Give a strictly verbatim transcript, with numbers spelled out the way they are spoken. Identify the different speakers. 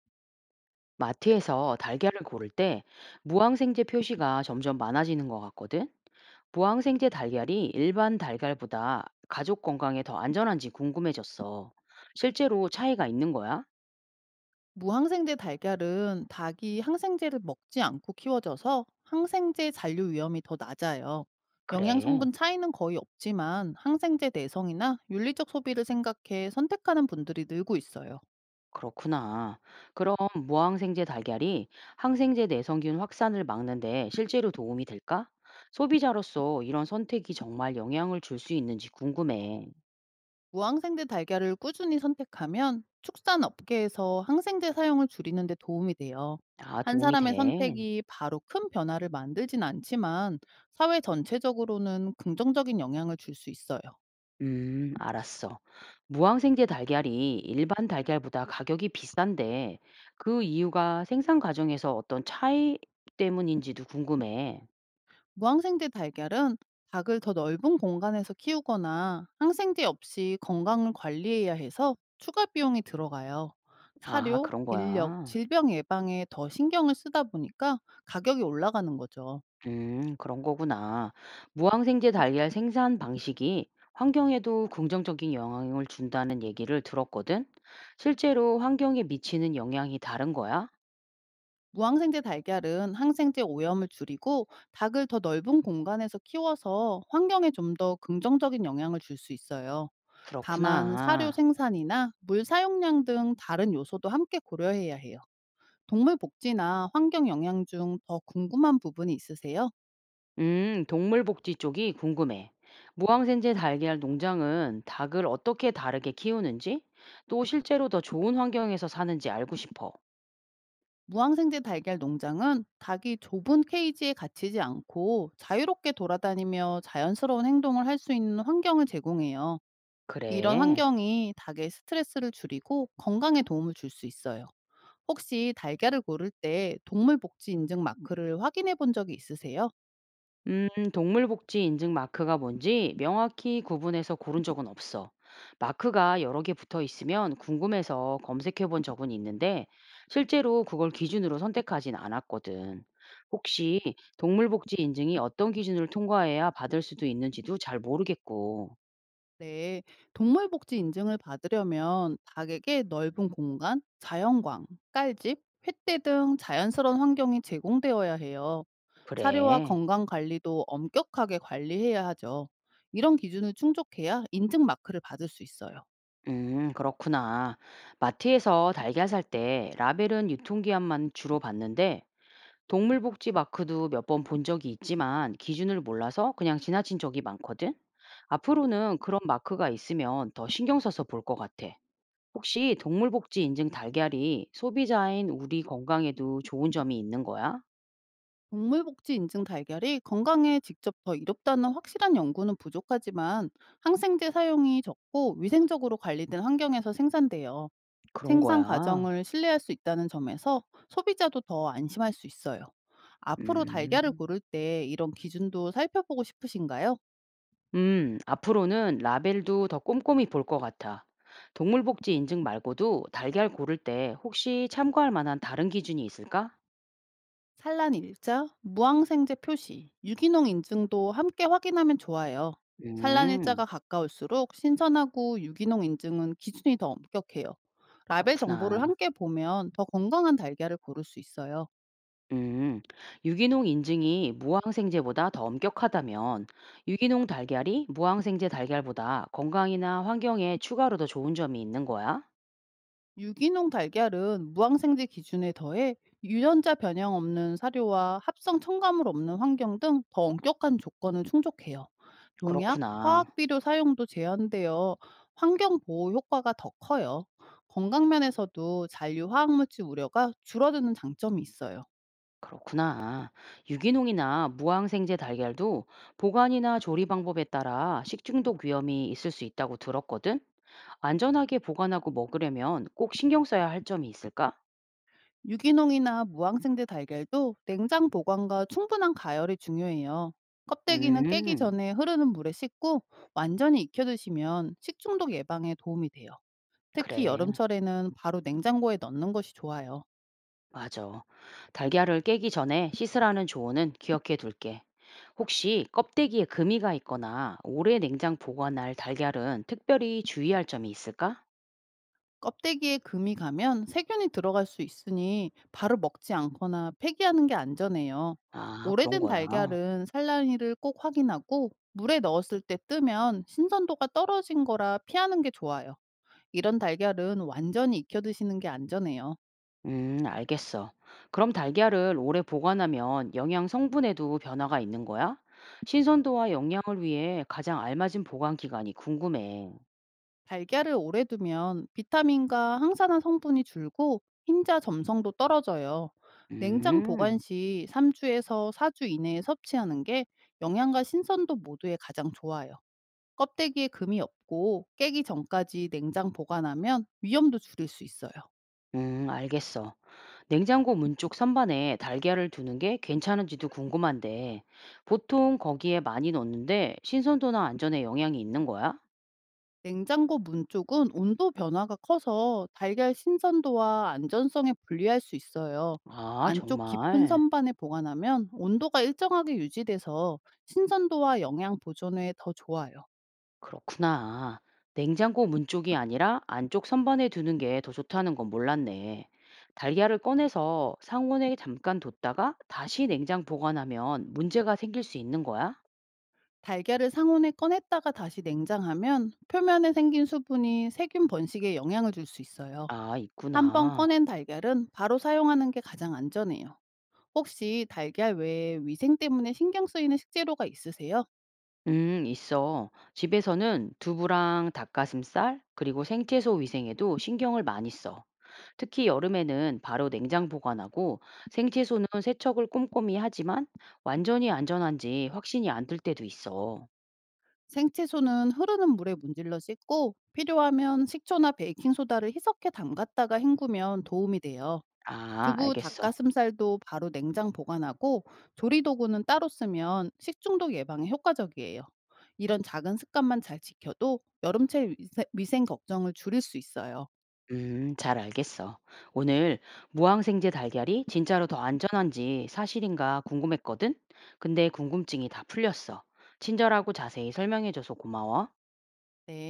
Speaker 1: 마트에서 달걀을 고를 때 무항생제 표시가 점점 많아지는 것 같거든? 무항생제 달걀이 일반 달걀보다 가족 건강에 더 안전한지 궁금해졌어. 실제로 차이가 있는 거야?
Speaker 2: 무항생제 달걀은 닭이 항생제를 먹지 않고 키워져서 항생제 잔류 위험이 더 낮아요. 영양
Speaker 1: 그래,
Speaker 2: 성분 차이는 거의 없지만 항생제 내성이나 윤리적 소비를 생각해 선택하는 분들이 늘고 있어요.
Speaker 1: 그렇구나. 그럼 무항생제 달걀이 항생제 내성균 확산을 막는데 실제로 도움이 될까? 소비자로서 이런 선택이 정말 영향을 줄 수 있는지 궁금해.
Speaker 2: 무항생제 달걀을 꾸준히 선택하면 축산 업계에서 항생제 사용을 줄이는 데 도움이 돼요.
Speaker 1: 아,
Speaker 2: 한
Speaker 1: 도움이
Speaker 2: 사람의
Speaker 1: 돼.
Speaker 2: 선택이 바로 큰 변화를 만들진 않지만 사회 전체적으로는 긍정적인 영향을 줄 수 있어요.
Speaker 1: 음, 알았어. 무항생제 달걀이 일반 달걀보다 가격이 비싼데 그 이유가 생산 과정에서 어떤 차이 때문인지도 궁금해.
Speaker 2: 무항생제 달걀은 닭을 더 넓은 공간에서 키우거나 항생제 없이 건강을 관리해야 해서 추가 비용이 들어가요.
Speaker 1: 아,
Speaker 2: 사료,
Speaker 1: 그런
Speaker 2: 인력,
Speaker 1: 거야.
Speaker 2: 질병 예방에 더 신경을 쓰다 보니까 가격이 올라가는 거죠.
Speaker 1: 음, 그런 거구나. 무항생제 달걀 생산 방식이 환경에도 긍정적인 영향을 준다는 얘기를 들었거든. 실제로 환경에 미치는 영향이 다른 거야?
Speaker 2: 무항생제 달걀은 항생제 오염을 줄이고 닭을 더 넓은 공간에서 키워서 환경에 좀 더 긍정적인 영향을 줄 수 있어요. 다만 사료
Speaker 1: 그렇구나.
Speaker 2: 생산이나 물 사용량 등 다른 요소도 함께 고려해야 해요. 동물 복지나 환경 영향 중 더 궁금한 부분이 있으세요?
Speaker 1: 음, 동물복지 쪽이 궁금해. 무항생제 달걀 농장은 닭을 어떻게 다르게 키우는지, 또 실제로 더 좋은 환경에서 사는지 알고 싶어.
Speaker 2: 무항생제 달걀 농장은 닭이 좁은 케이지에 갇히지 않고 자유롭게 돌아다니며 자연스러운 행동을 할 수 있는 환경을 제공해요. 이런
Speaker 1: 그래.
Speaker 2: 환경이 닭의 스트레스를 줄이고 건강에 도움을 줄 수 있어요. 혹시 달걀을 고를 때 동물 복지 인증 마크를 확인해 본 적이 있으세요?
Speaker 1: 음, 동물복지 인증 마크가 뭔지 명확히 구분해서 고른 적은 없어. 마크가 여러 개 붙어 있으면 궁금해서 검색해 본 적은 있는데, 실제로 그걸 기준으로 선택하진 않았거든. 혹시 동물복지 인증이 어떤 기준을 통과해야 받을 수도 있는지도 잘 모르겠고.
Speaker 2: 네, 동물복지 인증을 받으려면 닭에게 넓은 공간, 자연광, 깔집, 횃대 등 자연스러운 환경이 제공되어야 해요. 사료와
Speaker 1: 그래.
Speaker 2: 건강 관리도 엄격하게 관리해야 하죠. 이런 기준을 충족해야 인증 마크를 받을 수 있어요.
Speaker 1: 음, 그렇구나. 마트에서 달걀 살 때 라벨은 유통기한만 주로 봤는데 동물복지 마크도 몇 번 본 적이 있지만 기준을 몰라서 그냥 지나친 적이 많거든. 앞으로는 그런 마크가 있으면 더 신경 써서 볼 것 같아. 혹시 동물복지 인증 달걀이 소비자인 우리 건강에도 좋은 점이 있는 거야?
Speaker 2: 동물복지 인증 달걀이 건강에 직접 더 이롭다는 확실한 연구는 부족하지만 항생제 사용이 적고 위생적으로 관리된 환경에서 생산돼요.
Speaker 1: 그런
Speaker 2: 생산
Speaker 1: 거야.
Speaker 2: 과정을 신뢰할 수 있다는 점에서 소비자도 더 안심할 수 있어요. 앞으로 달걀을
Speaker 1: 음.
Speaker 2: 고를 때 이런 기준도 살펴보고 싶으신가요?
Speaker 1: 음, 앞으로는 라벨도 더 꼼꼼히 볼 것 같아. 동물복지 인증 말고도 달걀 고를 때 혹시 참고할 만한 다른 기준이 있을까?
Speaker 2: 산란 일자, 무항생제 표시, 유기농 인증도 함께 확인하면 좋아요. 산란
Speaker 1: 음,
Speaker 2: 일자가 가까울수록 신선하고 유기농 인증은 기준이 더 엄격해요. 라벨 정보를
Speaker 1: 그렇구나.
Speaker 2: 함께 보면 더 건강한 달걀을 고를 수 있어요.
Speaker 1: 음, 유기농 인증이 무항생제보다 더 엄격하다면 유기농 달걀이 무항생제 달걀보다 건강이나 환경에 추가로 더 좋은 점이 있는 거야?
Speaker 2: 유기농 달걀은 무항생제 기준에 더해 유전자 변형 없는 사료와 합성 첨가물 없는 환경 등 더 엄격한 조건을 충족해요. 농약,
Speaker 1: 그렇구나.
Speaker 2: 화학 비료 사용도 제한되어 환경 보호 효과가 더 커요. 건강 면에서도 잔류 화학물질 우려가 줄어드는 장점이 있어요.
Speaker 1: 그렇구나. 유기농이나 무항생제 달걀도 보관이나 조리 방법에 따라 식중독 위험이 있을 수 있다고 들었거든. 안전하게 보관하고 먹으려면 꼭 신경 써야 할 점이 있을까?
Speaker 2: 유기농이나 무항생제 달걀도 냉장 보관과 충분한 가열이 중요해요. 껍데기는 깨기
Speaker 1: 음,
Speaker 2: 전에 흐르는 물에 씻고 완전히 익혀 드시면 식중독 예방에 도움이 돼요. 특히
Speaker 1: 그래.
Speaker 2: 여름철에는 바로 냉장고에 넣는 것이 좋아요.
Speaker 1: 맞아. 달걀을 깨기 전에 씻으라는 조언은 기억해 둘게. 혹시 껍데기에 금이가 있거나 오래 냉장 보관할 달걀은 특별히 주의할 점이 있을까?
Speaker 2: 껍데기에 금이 가면 세균이 들어갈 수 있으니 바로 먹지 않거나 폐기하는 게 안전해요.
Speaker 1: 아, 그런
Speaker 2: 오래된
Speaker 1: 거야.
Speaker 2: 달걀은 산란일을 꼭 확인하고 물에 넣었을 때 뜨면 신선도가 떨어진 거라 피하는 게 좋아요. 이런 달걀은 완전히 익혀 드시는 게 안전해요.
Speaker 1: 음, 알겠어. 그럼 달걀을 오래 보관하면 영양 성분에도 변화가 있는 거야? 신선도와 영양을 위해 가장 알맞은 보관 기간이 궁금해.
Speaker 2: 달걀을 오래 두면 비타민과 항산화 성분이 줄고 흰자 점성도 떨어져요. 냉장 보관
Speaker 1: 음,
Speaker 2: 시 삼 주에서 사 주 이내에 섭취하는 게 영양과 신선도 모두에 가장 좋아요. 껍데기에 금이 없고 깨기 전까지 냉장 보관하면 위험도 줄일 수 있어요.
Speaker 1: 음, 알겠어. 냉장고 문쪽 선반에 달걀을 두는 게 괜찮은지도 궁금한데, 보통 거기에 많이 넣는데 신선도나 안전에 영향이 있는 거야?
Speaker 2: 냉장고 문 쪽은 온도 변화가 커서 달걀 신선도와 안전성에 불리할 수 있어요.
Speaker 1: 아,
Speaker 2: 안쪽 깊은
Speaker 1: 정말.
Speaker 2: 선반에 보관하면 온도가 일정하게 유지돼서 신선도와 영양 보존에 더 좋아요.
Speaker 1: 그렇구나. 냉장고 문 쪽이 아니라 안쪽 선반에 두는 게 더 좋다는 건 몰랐네. 달걀을 꺼내서 상온에 잠깐 뒀다가 다시 냉장 보관하면 문제가 생길 수 있는 거야?
Speaker 2: 달걀을 상온에 꺼냈다가 다시 냉장하면 표면에 생긴 수분이 세균 번식에 영향을 줄 수 있어요.
Speaker 1: 아,
Speaker 2: 한번
Speaker 1: 있구나.
Speaker 2: 꺼낸 달걀은 바로 사용하는 게 가장 안전해요. 혹시 달걀 외에 위생 때문에 신경 쓰이는 식재료가 있으세요?
Speaker 1: 음, 있어. 집에서는 두부랑 닭가슴살, 그리고 생채소 위생에도 신경을 많이 써. 특히 여름에는 바로 냉장 보관하고 생채소는 세척을 꼼꼼히 하지만 완전히 안전한지 확신이 안 들 때도 있어.
Speaker 2: 생채소는 흐르는 물에 문질러 씻고 필요하면 식초나 베이킹소다를 희석해 담갔다가 헹구면 도움이 돼요.
Speaker 1: 아,
Speaker 2: 두부,
Speaker 1: 알겠어.
Speaker 2: 닭가슴살도 바로 냉장 보관하고 조리도구는 따로 쓰면 식중독 예방에 효과적이에요. 이런 작은 습관만 잘 지켜도 여름철 위세- 위생 걱정을 줄일 수 있어요.
Speaker 1: 음, 잘 알겠어. 오늘 무항생제 달걀이 진짜로 더 안전한지 사실인가 궁금했거든? 근데 궁금증이 다 풀렸어. 친절하고 자세히 설명해줘서 고마워.
Speaker 2: 네.